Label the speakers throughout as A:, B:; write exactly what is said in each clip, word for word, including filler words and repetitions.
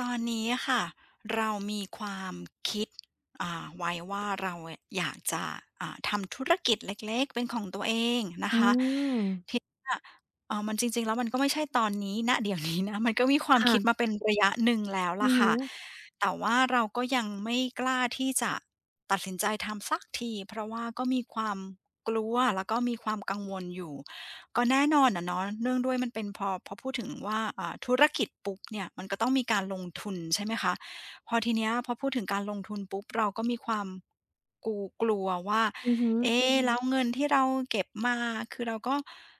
A: ตอนนี้ค่ะเรามีความคิดอ่าไว้ว่าเราอยากจะอ่าทำธุรกิจเล็กๆเป็นของตัวเองนะ
B: อื
A: คะ
B: ม
A: ทีเนี้ยเอ่อมันจริงๆแล้วมันก็ไม่ใช่ตอนนี้ณเดี๋ยวนี้นะมันก็มีความคิด
B: ค่ะ
A: มาเป็นระยะหนึ่งแล้ว
B: อื
A: ล่ะ
B: อฮึ
A: ค่ะแต่ว่าเราก็ยังไม่กล้าที่จะตัดสินใจทำสักทีเพราะว่าก็มีความกลัวแล้วก็มีความกังวลอยู่ ก็แน่นอนอะเนาะเนื่องด้วยมันเป็นพอพอพูดถึงว่าอ่าธุรกิจปุ๊บเนี่ยมันก็ต้องมีการลงทุนใช่ไหมคะพอทีเนี้ยพอพูดถึงการลงทุนปุ๊บเราก็มีความกูกลัวว่า
B: อือฮึ
A: เอ๊แล้วเงินที่เราเก็บมาคือเราก็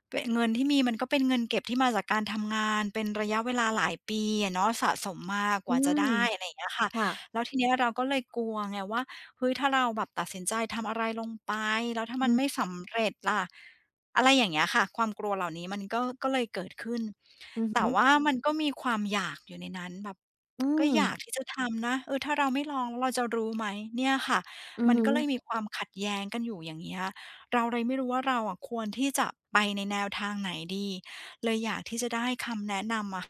A: เปะเงินที่มีมันก็เป็นเงินเก็บที่มาจากการทำงานเป็นระยะเวลาหลายปีอะเนาะสะสมมาก
B: อื
A: ว่าจะ
B: ม
A: ได้อะไรอย่างเงี้ยค่ะ
B: ค่ะ
A: แล้วทีเนี้ยเราก็เลยกลัวไงว่าเฮ้ยถ้าเราแบบตัดสินใจทำอะไรลงไปแล้วถ้ามั
B: อื
A: นไม่
B: อ
A: สำเร็จล่ะ อะไรอย่างเงี้ยค่ะความกลัวเหล่านี้มันก็ก็เลยเกิดขึ้น
B: อือ
A: แต่
B: ฮึ
A: ว่ามันก็มีความอยากอยู่ในนั้นแบบ
B: อื
A: ก็
B: ม
A: อยากที่จะทำนะเออถ้าเราไม่ลองแล้วเราจะรู้ไหมเนี่ยค่ะ
B: อือ
A: มัน
B: ฮึ
A: ก็เลยมีความขัดแย้งกันอยู่อย่างเงี้ยเราเลยไม่รู้ว่าเราอะควรที่จะไปในแนวทางไหนดีเลยอยากที่จะได้คำแนะนำอะ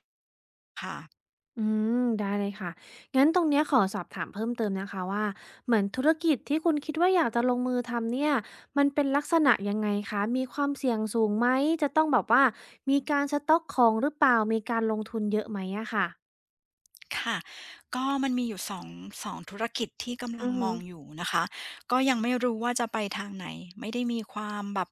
A: ค่ะ
B: อืมได้เลยค่ะ งั้นตรงเนี้ยขอสอบถามเพิ่มเติมนะคะว่าเหมือนธุรกิจที่คุณคิดว่าอยากจะลงมือทำเนี่ยมันเป็นลักษณะยังไงคะมีความเสี่ยงสูงไหมจะต้องแบบว่ามีการสต๊อกของหรือเปล่ามีการลงทุนเยอะไหมอะค่ะ
A: ค่ะก็มันมีอยู่สองสองธุรกิจที่กำลั
B: อื
A: ง
B: อ
A: ม
B: ฮึ
A: องอยู่นะคะก็ยังไม่รู้ว่าจะไปทางไหนไม่ได้มีความแบบ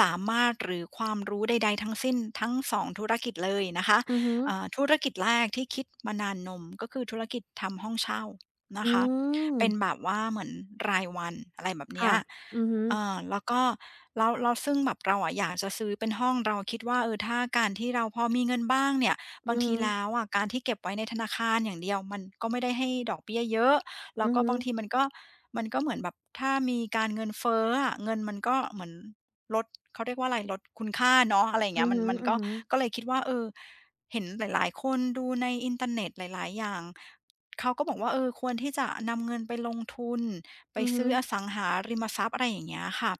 A: สามารถหรือความรู้ใดๆทั้งสิ้นทั้งสองธุรกิจเลยนะคะ
B: อือฮึ
A: เอ่อธุรกิจแรกที่คิดมานานนมก็คือธุรกิจทำห้องเช่านะ
B: อื
A: คะ
B: ม
A: เป็นแบบว่าเหมือนรายวันอะไรแบบเนี้ย
B: ค่ะอือฮึ
A: เอ่อแล้วก็แล้วซึ่งแบบเราอะอยากจะซื้อเป็นห้องเราคิดว่าเออถ้าการที่เราพอมีเงินบ้างเนี่ย บา
B: อื
A: ง
B: อ
A: ที
B: ฮึ
A: แล้วอะการที่เก็บไว้ในธนาคารอย่างเดียวมันก็ไม่ได้ให้ดอกเบี้ยเยอะแล้
B: อื
A: ว
B: อ
A: ก็
B: ฮึ
A: บางทีมันก็มันก็เหมือนแบบถ้ามีการเงินเฟ้ออะเงินมันก็เหมือนลดเขาเรียกว่าอะไรลดคุณค่าเนาะอะไรอย่าง
B: อื
A: เงี้ยมันมัน
B: อ
A: ก็
B: ฮึ
A: ก็เลยคิดว่าเออเห็นหลายๆคนดูในอินเทอร์เน็ตหลายๆอย่างเขาก็บอกว่าเออควรที่จะนำเงินไปลงทุนไป
B: อือฮึ
A: ซื้
B: อื
A: อ
B: อ
A: อ
B: ฮึ
A: สังหาริมทรัพย์อะไรอย่างเงี้ยค่ะ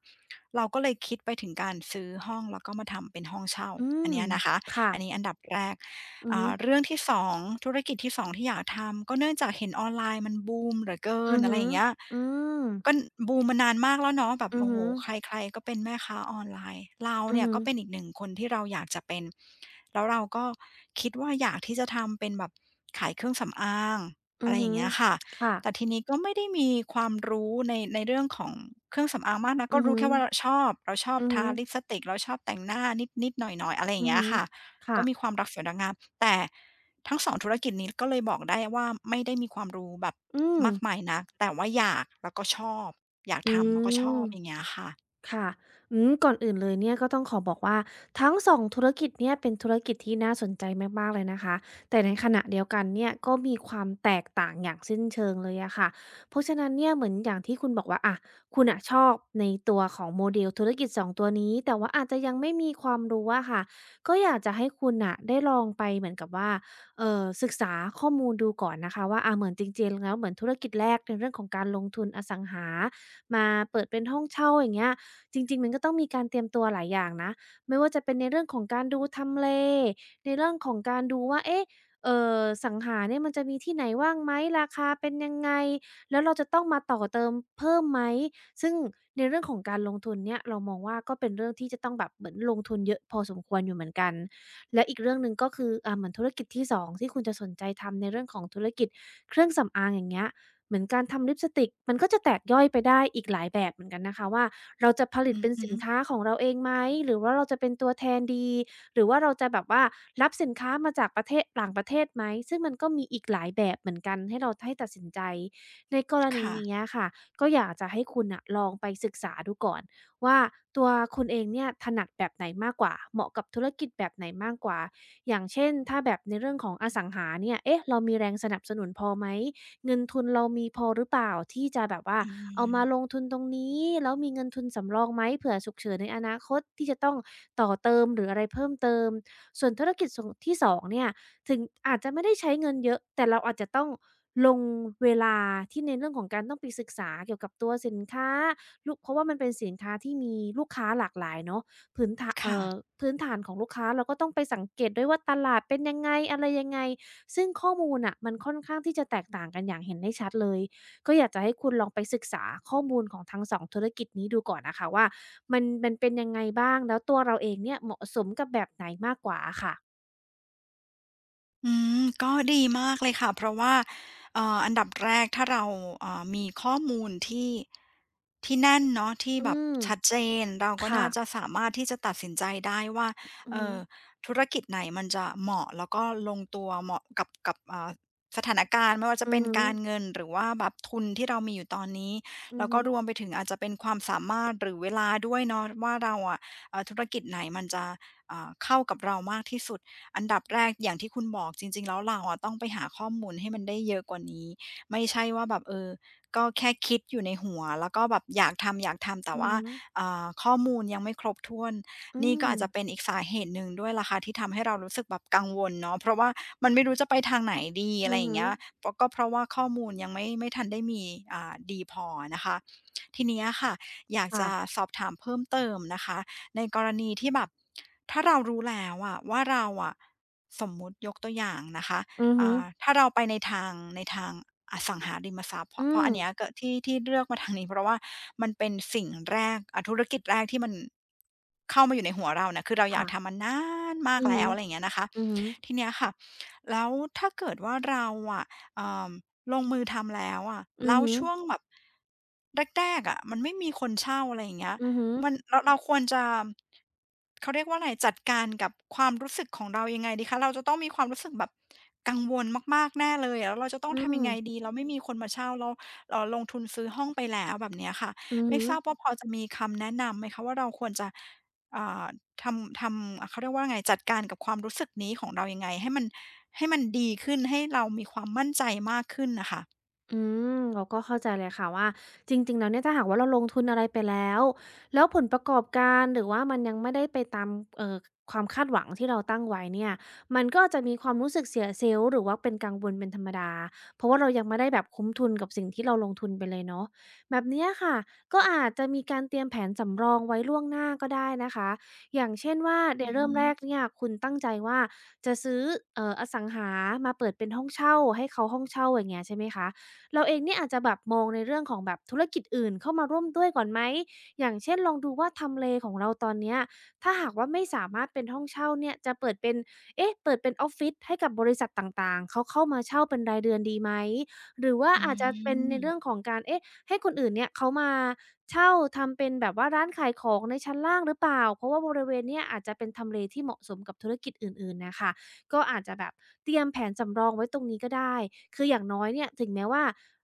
A: เราก็เลยคิดไปถึงการซื้อห้องแล้วก็มาทำเป็นห้องเช่า
B: อื
A: อัน
B: ม
A: เนี้ยนะคะ
B: ค่ะ
A: อันนี้อันดับแรก
B: อือฮึ
A: อ่าเรื่องที่สองธุรกิจที่สองที่อยากทำก็เนื่องจากเห็นออนไลน์มันบูมเหลือเกิ
B: อื
A: น
B: อ
A: อะไร
B: ฮึ
A: อย่างเงี้ย
B: อืม
A: ก็บูมมานานมากแล้วเนาะแบบ
B: อือ
A: โอ้โฮ
B: ฮึ
A: ใครๆก็เป็นแม่ค้าออนไลน์เรา
B: อือ
A: เนี่ย
B: ฮึ
A: ก็เป็นอีกหนึ่งคนที่เราอยากจะเป็นแล้วเราก็คิดว่าอยากที่จะทำเป็นแบบขายเครื่องสำอางอะ
B: อื
A: ไร
B: อ
A: อ
B: ฮึ
A: ย่างเงี้ยค่ะ
B: ค่ะ
A: แต่ทีนี้ก็ไม่ได้มีความรู้ในในเรื่องของเครื่องสำอางมากนัก
B: อื
A: ก็
B: อ
A: รู้
B: ฮึ
A: แค่ว่าเราชอบเราชอบ
B: อือฮึ
A: ทาลิปสติกเราชอบแต่งหน้านิดๆหน่อยๆอะไรอย่า
B: อื
A: ง
B: อ
A: เงี้ย
B: ฮึ
A: ค่ะ ก็
B: ค่ะ
A: มีความรักสวยรักงามแต่ทั้งสองธุรกิจนี้ก็เลยบอกได้ว่าไม่ได้มีความรู้แบบ
B: อืม
A: มากมายนักแต่ว่าอยากแล้วก็ชอบอยาก
B: อื
A: ทำแล้วก็ชอ
B: ม
A: บอย่างเงี้ยค่ะ
B: ค่ะอืมก่อนอื่นเลยเนี่ยก็ต้องขอบอกว่าทั้งสองธุรกิจเนี่ยเป็นธุรกิจที่น่าสนใจมากๆเลยนะคะแต่ในขณะเดียวกันเนี่ยก็มีความแตกต่างอย่างสิ้นเชิงเลยอะค่ะเพราะฉะนั้นเนี่ยเหมือนอย่างที่คุณบอกว่าอะคุณน่ะชอบในตัวของ model ธุรกิจสองตัวนี้แต่ว่าอาจจะยังไม่มีความรู้อะค่ะก็อยากจะให้คุณน่ะได้ลองไปเหมือนกับว่าเอ่อศึกษาข้อมูลดูก่อนนะคะว่าอะเหมือนจริงๆแล้วเหมือนธุรกิจแรกในเรื่องของการลงทุนอสังหามาเปิดเป็นห้องเช่าอย่างเงี้ย จริงๆมันก็ต้องมีการเตรียมตัวหลายอย่างนะไม่ว่าจะเป็นในเรื่องของการดูทำเลในเรื่องของการดูว่าเอ๊ะเอ่อสังหาเนี่ยมันจะมีที่ไหนว่างไหมราคาเป็นยังไงแล้วเราจะต้องมาต่อเติมเพิ่มไหมซึ่งในเรื่องของการลงทุนเนี่ยเรามองว่าก็เป็นเรื่องที่จะต้องแบบเหมือนลงทุนเยอะพอสมควรอยู่เหมือนกันและอีกเรื่องหนึ่งก็คืออ่าเหมือนธุรกิจที่สองที่คุณจะสนใจทำในเรื่องของธุรกิจเครื่องสำอางอย่างเงี้ยเหมือนการทำลิปสติกมันก็จะแตกย่อยไปได้อีกหลายแบบเหมือนกันนะคะว่า เราจะผลิต
A: อือ
B: เป็น
A: ฮึ
B: สินค้าของเราเองไหมหรือว่าเราจะเป็นตัวแทนดีหรือว่าเราจะแบบว่ารับสินค้ามาจากประเทศต่างประเทศไหมซึ่งมันก็มีอีกหลายแบบเหมือนกันให้เราให้ตัดสินใจในกรณี
A: ค่ะ
B: เนี้ยค่ะก็อยากจะให้คุณน่ะลองไปศึกษาดูก่อนว่าตัวคุณเองเนี่ยถนัดแบบไหนมากกว่าเหมาะกับธุรกิจแบบไหนมากกว่าอย่างเช่นถ้าแบบในเรื่องของอสังหาเนี่ยเอ๊ะเรามีแรงสนับสนุนพอไหมเงินทุนเรามีพอหรือเปล่าที่จะแบบว่า
A: อื
B: เอามาล
A: ม
B: งทุนตรงนี้แล้วมีเงินทุนสำรองไหมเผื่อฉุกเฉินในอนาคตที่จะต้องต่อเติมหรืออะไรเพิ่มเติมส่วนธุรกิจส่วนที่สองเนี่ยถึงอาจจะไม่ได้ใช้เงินเยอะแต่เราอาจจะต้องลงเวลาที่ในเรื่องของการต้องไปศึกษาเกี่ยวกับตัวสินค้าลุเพราะว่ามันเป็นสินค้าที่มีลูกค้าหลากหลายเนาะพื้นฐาเอ่
A: ค่ะ
B: อพื้นฐานของลูกค้าเราก็ต้องไปสังเกตด้วยว่าตลาดเป็นยังไงอะไรยังไงซึ่งข้อมูลน่ะมันค่อนข้างที่จะแตกต่างกันอย่างเห็นได้ชัดเลย ก็อยากจะให้คุณลองไปศึกษาข้อมูลของทั้งสองธุรกิจนี้ดูก่อนนะค่ะว่ามันมันเป็นยังไงบ้างแล้วตัวเราเองเนี่ยเหมาะสมกับแบบไหนมากกว่าอะค่ะ
A: อืมก็ดีมากเลยค่ะเพราะว่าเอ่ออันดับแรกถ้าเราเอ่อมีข้อมูลที่ที่แน่นเนาะที่
B: อื
A: แบบ
B: ม
A: ชัดเจนเราก็
B: ค่ะ
A: น่าจะสามารถที่จะตัดสินใจได้ว่า
B: อือ
A: เอ่
B: ฮึ
A: อธุรกิจไหนมันจะเหมาะแล้วก็ลงตัวเหมาะกับกับอ่าสถานการณ์ไม่ว่าจะ
B: อือ
A: เป็น
B: ฮึ
A: การเงินหรือว่าแบบทุนที่เรามีอยู่ตอนนี้
B: อื
A: แล้
B: อ
A: วก็
B: ฮึ
A: รวมไปถึงอาจจะเป็นความสามารถหรือเวลาด้วยเนาะว่าเราอะเอ่อธุรกิจไหนมันจะอ่าเข้ากับเรามากที่สุด อันดับแรกอย่างที่คุณบอกจริงๆแล้วเราอะต้องไปหาข้อมูลให้มันได้เยอะกว่านี้ไม่ใช่ว่าแบบเออก็แค่คิดอยู่ในหัวแล้วก็แบบอยากทำอยากทำแต่
B: อือ
A: ว่า
B: ฮึ
A: อ่าข้อมูลยังไม่ครบถ้วน
B: อื
A: นี่ก็
B: ม
A: อาจจะเป็นอีกสาเหตุหนึ่งด้วยล่ะค่ะที่ทำให้เรารู้สึกแบบกังวลเนาะเพราะว่ามันไม่รู้จะไปทางไหนดีอะ
B: อื
A: ไร
B: อ
A: อย่า
B: ฮึ
A: งเงี้ยเพราะก็เพราะว่าข้อมูลยังไม่ไม่ทันได้มีอ่าดีพออะนะคะทีเนี้ยค่ะอยากจะ
B: ค่ะ
A: สอบถามเพิ่มเติมนะคะ ในกรณีที่แบบถ้าเรารู้แล้วอะว่าเราอะสมมุติยกตัวอย่างนะคะ
B: อือฮึ
A: อ่าถ้าเราไปในทางในทางอสังหาริมทรัพย์เพ
B: อื
A: ราะเพราะ
B: ม
A: อันเนี้ยก็ที่ที่เลือกมาทางนี้เพราะว่ามันเป็นสิ่งแรกอ่ะธุรกิจแรกที่มันเข้ามาอยู่ในหัวเรานะคือเราอยากทำ
B: ค่ะ
A: มานนานมาก
B: อือ
A: แล้
B: ฮึ
A: วอะไรอย่างเงี้ยนะคะ
B: อือฮึ
A: ทีเนี้ยค่ะแล้วถ้าเกิดว่าเราอะเอ่อลงมือทำแล้วอะ
B: อื
A: แล้
B: อ
A: ว
B: ฮึ
A: ช่วงแบบแรกๆอะมันไม่มีคนเช่าอะไรอย่างเงี้ย
B: อือฮึ
A: มันเราเราควรจะเขาเรียกว่าไรจัดการกับความรู้สึกของเรายังไงดีคะเราจะต้องมีความรู้สึกแบบกังวลมากๆแน่เลยอะแล้วเราจะต้อ
B: อื
A: งทำยั
B: ม
A: งไงดีเราไม่มีคนมาเช่าเราเราลงทุนซื้อห้องไปแล้วแบบเนี้ยค่ะ
B: อือ
A: ไม่
B: ฮึ
A: ทราบว่าพอจะมีคำแนะนำไหมคะว่าเราควรจะอ่าทำทำอ่าเขาเรียกว่าไงจัดการกับความรู้สึกนี้ของเรายังไงให้มันให้มันดีขึ้นให้เรามีความมั่นใจมากขึ้นน่ะค่ะ
B: อืมเราก็เข้าใจเลยค่ะว่าจริงๆแล้วเนี่ยถ้าหากว่าเราลงทุนอะไรไปแล้วแล้วผลประกอบการหรือว่ามันยังไม่ได้ไปตามเอ่อความคาดหวังที่เราตั้งไว้เนี่ยมันก็จะมีความรู้สึกเสียเซลล์หรือว่าเป็นกังวลเป็นธรรมดาเพราะว่าเรายังไม่ได้แบบคุ้มทุนกับสิ่งที่เราลงทุนไปเลยเนาะแบบเนี้ยค่ะก็อาจจะมีการเตรียมแผนสำรองไว้ล่วงหน้าก็ได้นะคะอย่างเช่นว่าใน
A: อือฮึ
B: เริ่มแรกเนี่ยคุณตั้งใจว่าจะซื้อเอ่ออสังหามาเปิดเป็นห้องเช่าให้เขาห้องเช่าอย่างเงี้ยใช่ไหมคะ เราเองเนี่ยอาจจะแบบมองในเรื่องของแบบธุรกิจอื่นเข้ามาร่วมด้วยก่อนไหมอย่างเช่นลองดูว่าทำเลของเราตอนเนี้ยถ้าหากว่าไม่สามารถเป็นห้องเช่าเนี่ยจะเปิดเป็นเอ๊ะเปิดเป็นออฟฟิศให้กับบริษัทต่างๆเขาเข้ามาเช่าเป็นรายเดือนดีไหมหรือว่า
A: อื
B: อาจจะเป็นในเรื่อง
A: ม
B: ของการเอ๊ะให้คนอื่นเนี่ยเขามาเช่าทำเป็นแบบว่าร้านขายของในชั้นล่างหรือเปล่าเพราะว่าบริเวณเนี้ยอาจจะเป็นทำเลที่เหมาะสมกับธุรกิจอื่นๆน่ะค่ะก็อาจจะแบบเตรียมแผนสำรองไว้ตรงนี้ก็ได้คืออย่างน้อยเนี่ยถึงแม้ว่า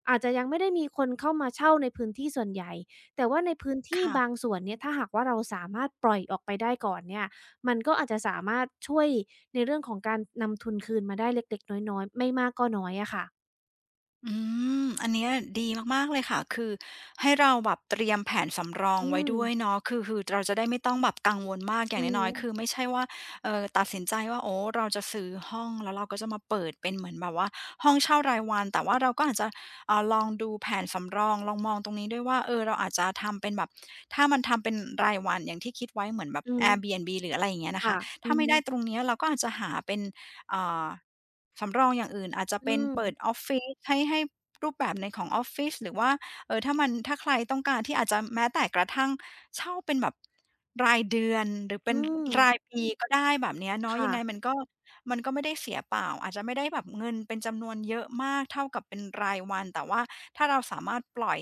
B: อาจจะยังไม่ได้มีคนเข้ามาเช่าในพื้นที่ส่วนใหญ่ แต่ว่าในพื้นที่บา
A: ค่ะ
B: งส่วนเนี่ยถ้าหากว่าเราสามารถปล่อยออกไปได้ก่อนเนี่ยมันก็อาจจะสามารถช่วยในเรื่องของการนำทุนคืนมาได้เล็กๆน้อยๆไม่มากก็น้อยอะค่ะ
A: อืมอันเนี้ยดีมากๆเลยค่ะ คือให้เราแบบเตรียมแผนสำรอง
B: อื
A: ไว้
B: ม
A: ด้วยเนาะคือคือเราจะได้ไม่ต้องแบบกังวลมากอย่า
B: อื
A: ง
B: อ
A: น้อย
B: ฮึ
A: ๆคือไม่ใช่ว่าเอ่อตัดสินใจว่าโอ้เราจะซื้อห้องแล้วเราก็จะมาเปิดเป็นเหมือนแบบว่าห้องเช่ารายวัน แต่ว่าเราก็อาจจะอ่าลองดูแผนสำรองลองมองตรงนี้ด้วยว่าเออเราอาจจะทำเป็นแบบถ้ามันทำเป็นรายวันอย่างที่คิดไว้เหมือนแบบ
B: อืม
A: Airbnb หรืออะไรอย่างเงี้ยนะคะ
B: ค่ะอื
A: ถ้า
B: อ
A: ไม่
B: ฮึ
A: ได้ตรงเนี้ยเราก็อาจจะหาเป็นอ่า สำรองอย่างอื่นอาจจะ
B: อื
A: เป็น
B: ม
A: เปิดออฟฟิศให้ให้รูปแบบในของออฟฟิศหรือว่าเอ่อถ้ามันถ้าใครต้องการที่อาจจะแม้แต่กระทั่งเช่าเป็นแบบรายเดือนหรือเป็
B: อื
A: นราย
B: ม
A: ปีก็ได้แบบเนี้ยเนาะยั
B: ค่ะ
A: งไงมันก็มันก็ไม่ได้เสียเปล่าอาจจะไม่ได้แบบเงินเป็นจำนวนเยอะมากเท่ากับเป็นรายวันแต่ว่าถ้าเราสามารถปล่อย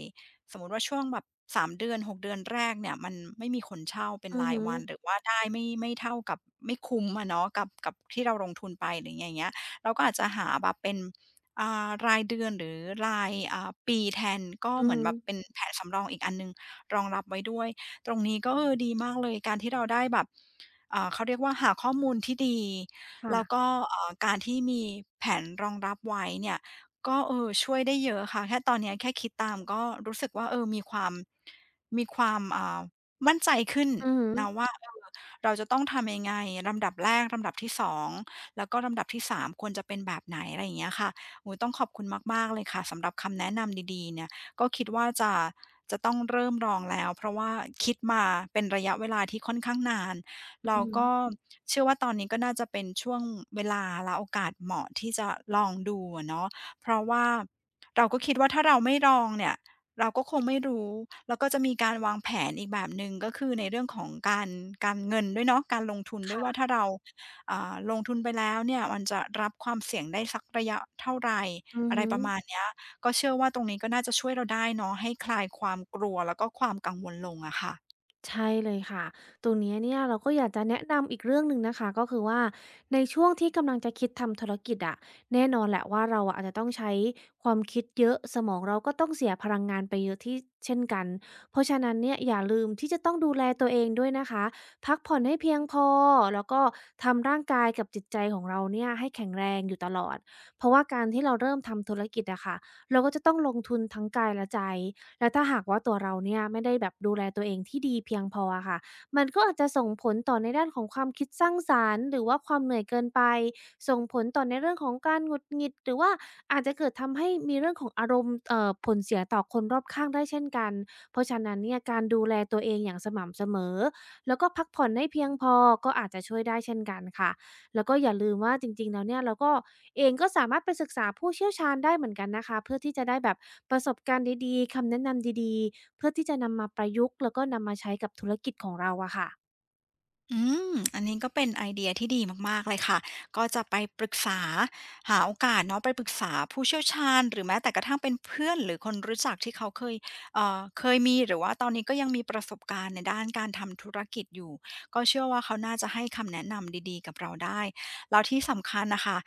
A: สมมุติว่าช่วงแบบสามเดือนหกเดือนแรกเนี่ยมันไม่มีคนเช่าเป็น
B: อือ
A: ราย
B: ฮึ
A: วันหรือว่าได้ไม่ไม่เท่ากับไม่คุ้มอะเนาะกับกับที่เราลงทุนไปหรืออย่างเงี้ย เราก็อาจจะหาแบบเป็นอ่ารายเดือนหรือรายอ่าปีแทนก็
B: อื
A: เห
B: อ
A: มือน
B: ฮึ
A: แบบเป็นแผนสำรองอีกอันหนึ่งรองรับไว้ด้วยตรงนี้ก็เออดีมากเลยการที่เราได้แบบอ่าเขาเรียกว่าหาข้อมูลที่ดีแล้ว
B: ค่ะ
A: ก็เอ่อการที่มีแผนรองรับไว้เนี่ยก็เออช่วยได้เยอะค่ะแค่ตอนเนี้ยแค่คิดตามก็รู้สึกว่าเออมีความมีความอ่ามั่นใจขึ้น
B: อือฮึ
A: นะว่าเออเราจะต้องทำยังไงลำดับแรกลำดับที่สอง แล้วก็ลำดับที่สามควรจะเป็นแบบไหนอะไรอย่างเงี้ยค่ะโอ้โฮต้องขอบคุณมากๆเลยค่ะสำหรับคำแนะนำดีๆเนี่ยก็คิดว่าจะจะต้องเริ่มลองแล้วเพราะว่าคิดมาเป็นระยะเวลาที่ค่อนข้างนานแล้
B: อื
A: ว
B: อฮึ
A: ก็เชื่อว่าตอนนี้ก็น่าจะเป็นช่วงเวลาและโอกาสเหมาะที่จะลองดูอะเนาะเพราะว่าเราก็คิดว่าถ้าเราไม่ลองเนี่ยเราก็คงไม่รู้แล้วก็จะมีการวางแผนอีกแบบหนึ่งก็คือในเรื่องของการการเงินด้วยเนาะการลงทุนด้วยว่าถ้า
B: ค่ะ
A: เรา อ่าลงทุนไปแล้วเนี่ยมันจะรับความเสี่ยงได้สักระยะเท่าไหร
B: อือ
A: อะไร
B: ฮึ
A: ประมาณเนี้ยก็เชื่อว่าตรงนี้ก็น่าจะช่วยเราได้เนาะให้คลายความกลัวแล้วก็ความกังวลลงอะค่ะ
B: ใช่เลยค่ะ ตรงเนี้ยเนี่ยเราก็อยากจะแนะนำอีกเรื่องหนึ่งนะคะก็คือว่าในช่วงที่กำลังจะคิดทำธุรกิจอะแน่นอนแหละว่าเราอะอาจจะต้องใช้ความคิดเยอะสมองเราก็ต้องเสียพลังงานไปเยอะที่เช่นกันเพราะฉะนั้นเนี่ยอย่าลืมที่จะต้องดูแลตัวเองด้วยนะคะพักผ่อนให้เพียงพอแล้วก็ทำร่างกายกับจิตใจของเราเนี่ยให้แข็งแรงอยู่ตลอดเพราะว่าการที่เราเริ่มทำธุรกิจอะค่ะเราก็จะต้องลงทุนทั้งกายและใจ แล้วถ้าหากว่าตัวเราเนี่ยไม่ได้แบบดูแลตัวเองที่ดีเพียงพออะค่ะมันก็อาจจะส่งผลต่อในด้านของความคิดสร้างสรรค์หรือว่าความเหนื่อยเกินไปส่งผลต่อในเรื่องของการหงุดหงิดหรือว่าอาจจะเกิดทำให้มีเรื่องของอารมณ์เอ่อผลเสียต่อคนรอบข้างได้เช่นกันเพราะฉะนั้นเนี่ยการดูแลตัวเองอย่างสม่ำเสมอแล้วก็พักผ่อนให้เพียงพอก็อาจจะช่วยได้เช่นกันค่ะ แล้วก็อย่าลืมว่าจริงๆแล้วเนี่ยเราก็เองก็สามารถไปศึกษาผู้เชี่ยวชาญได้เหมือนกันนะคะเพื่อที่จะได้แบบประสบการณ์ดีๆคำแนะนำดีๆเพื่อที่จะนำมาประยุกต์แล้วก็นำมาใช้กับธุรกิจของเราอะค่ะ
A: อืมอันนี้ก็เป็นไอเดียที่ดีมากๆเลยค่ะ ก็จะไปปรึกษาหาโอกาสเนาะไปปรึกษาผู้เชี่ยวชาญหรือแม้แต่กระทั่งเป็นเพื่อนหรือคนรู้จักที่เขาเคยเอ่อเคยมีหรือว่าตอนนี้ก็ยังมีประสบการณ์ในด้านการทำธุรกิจอยู่ ก็เชื่อว่าเขาน่าจะให้คำแนะนำดีๆกับเราได้แล้วที่สำคัญนะคะ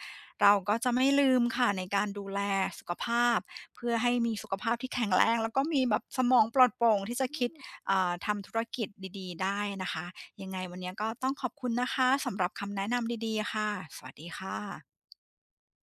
A: เราก็จะไม่ลืมค่ะในการดูแลสุขภาพเพื่อให้มีสุขภาพที่แข็งแรงแล้วก็มีแบบสมองปลอดโปร่งที่จะคิดเอ่อทำธุรกิจดีๆได้นะคะ ยังไงวันนี้ก็ต้องขอบคุณนะคะสำหรับคำแนะนำดีๆค่ะ สวัสดีค่ะ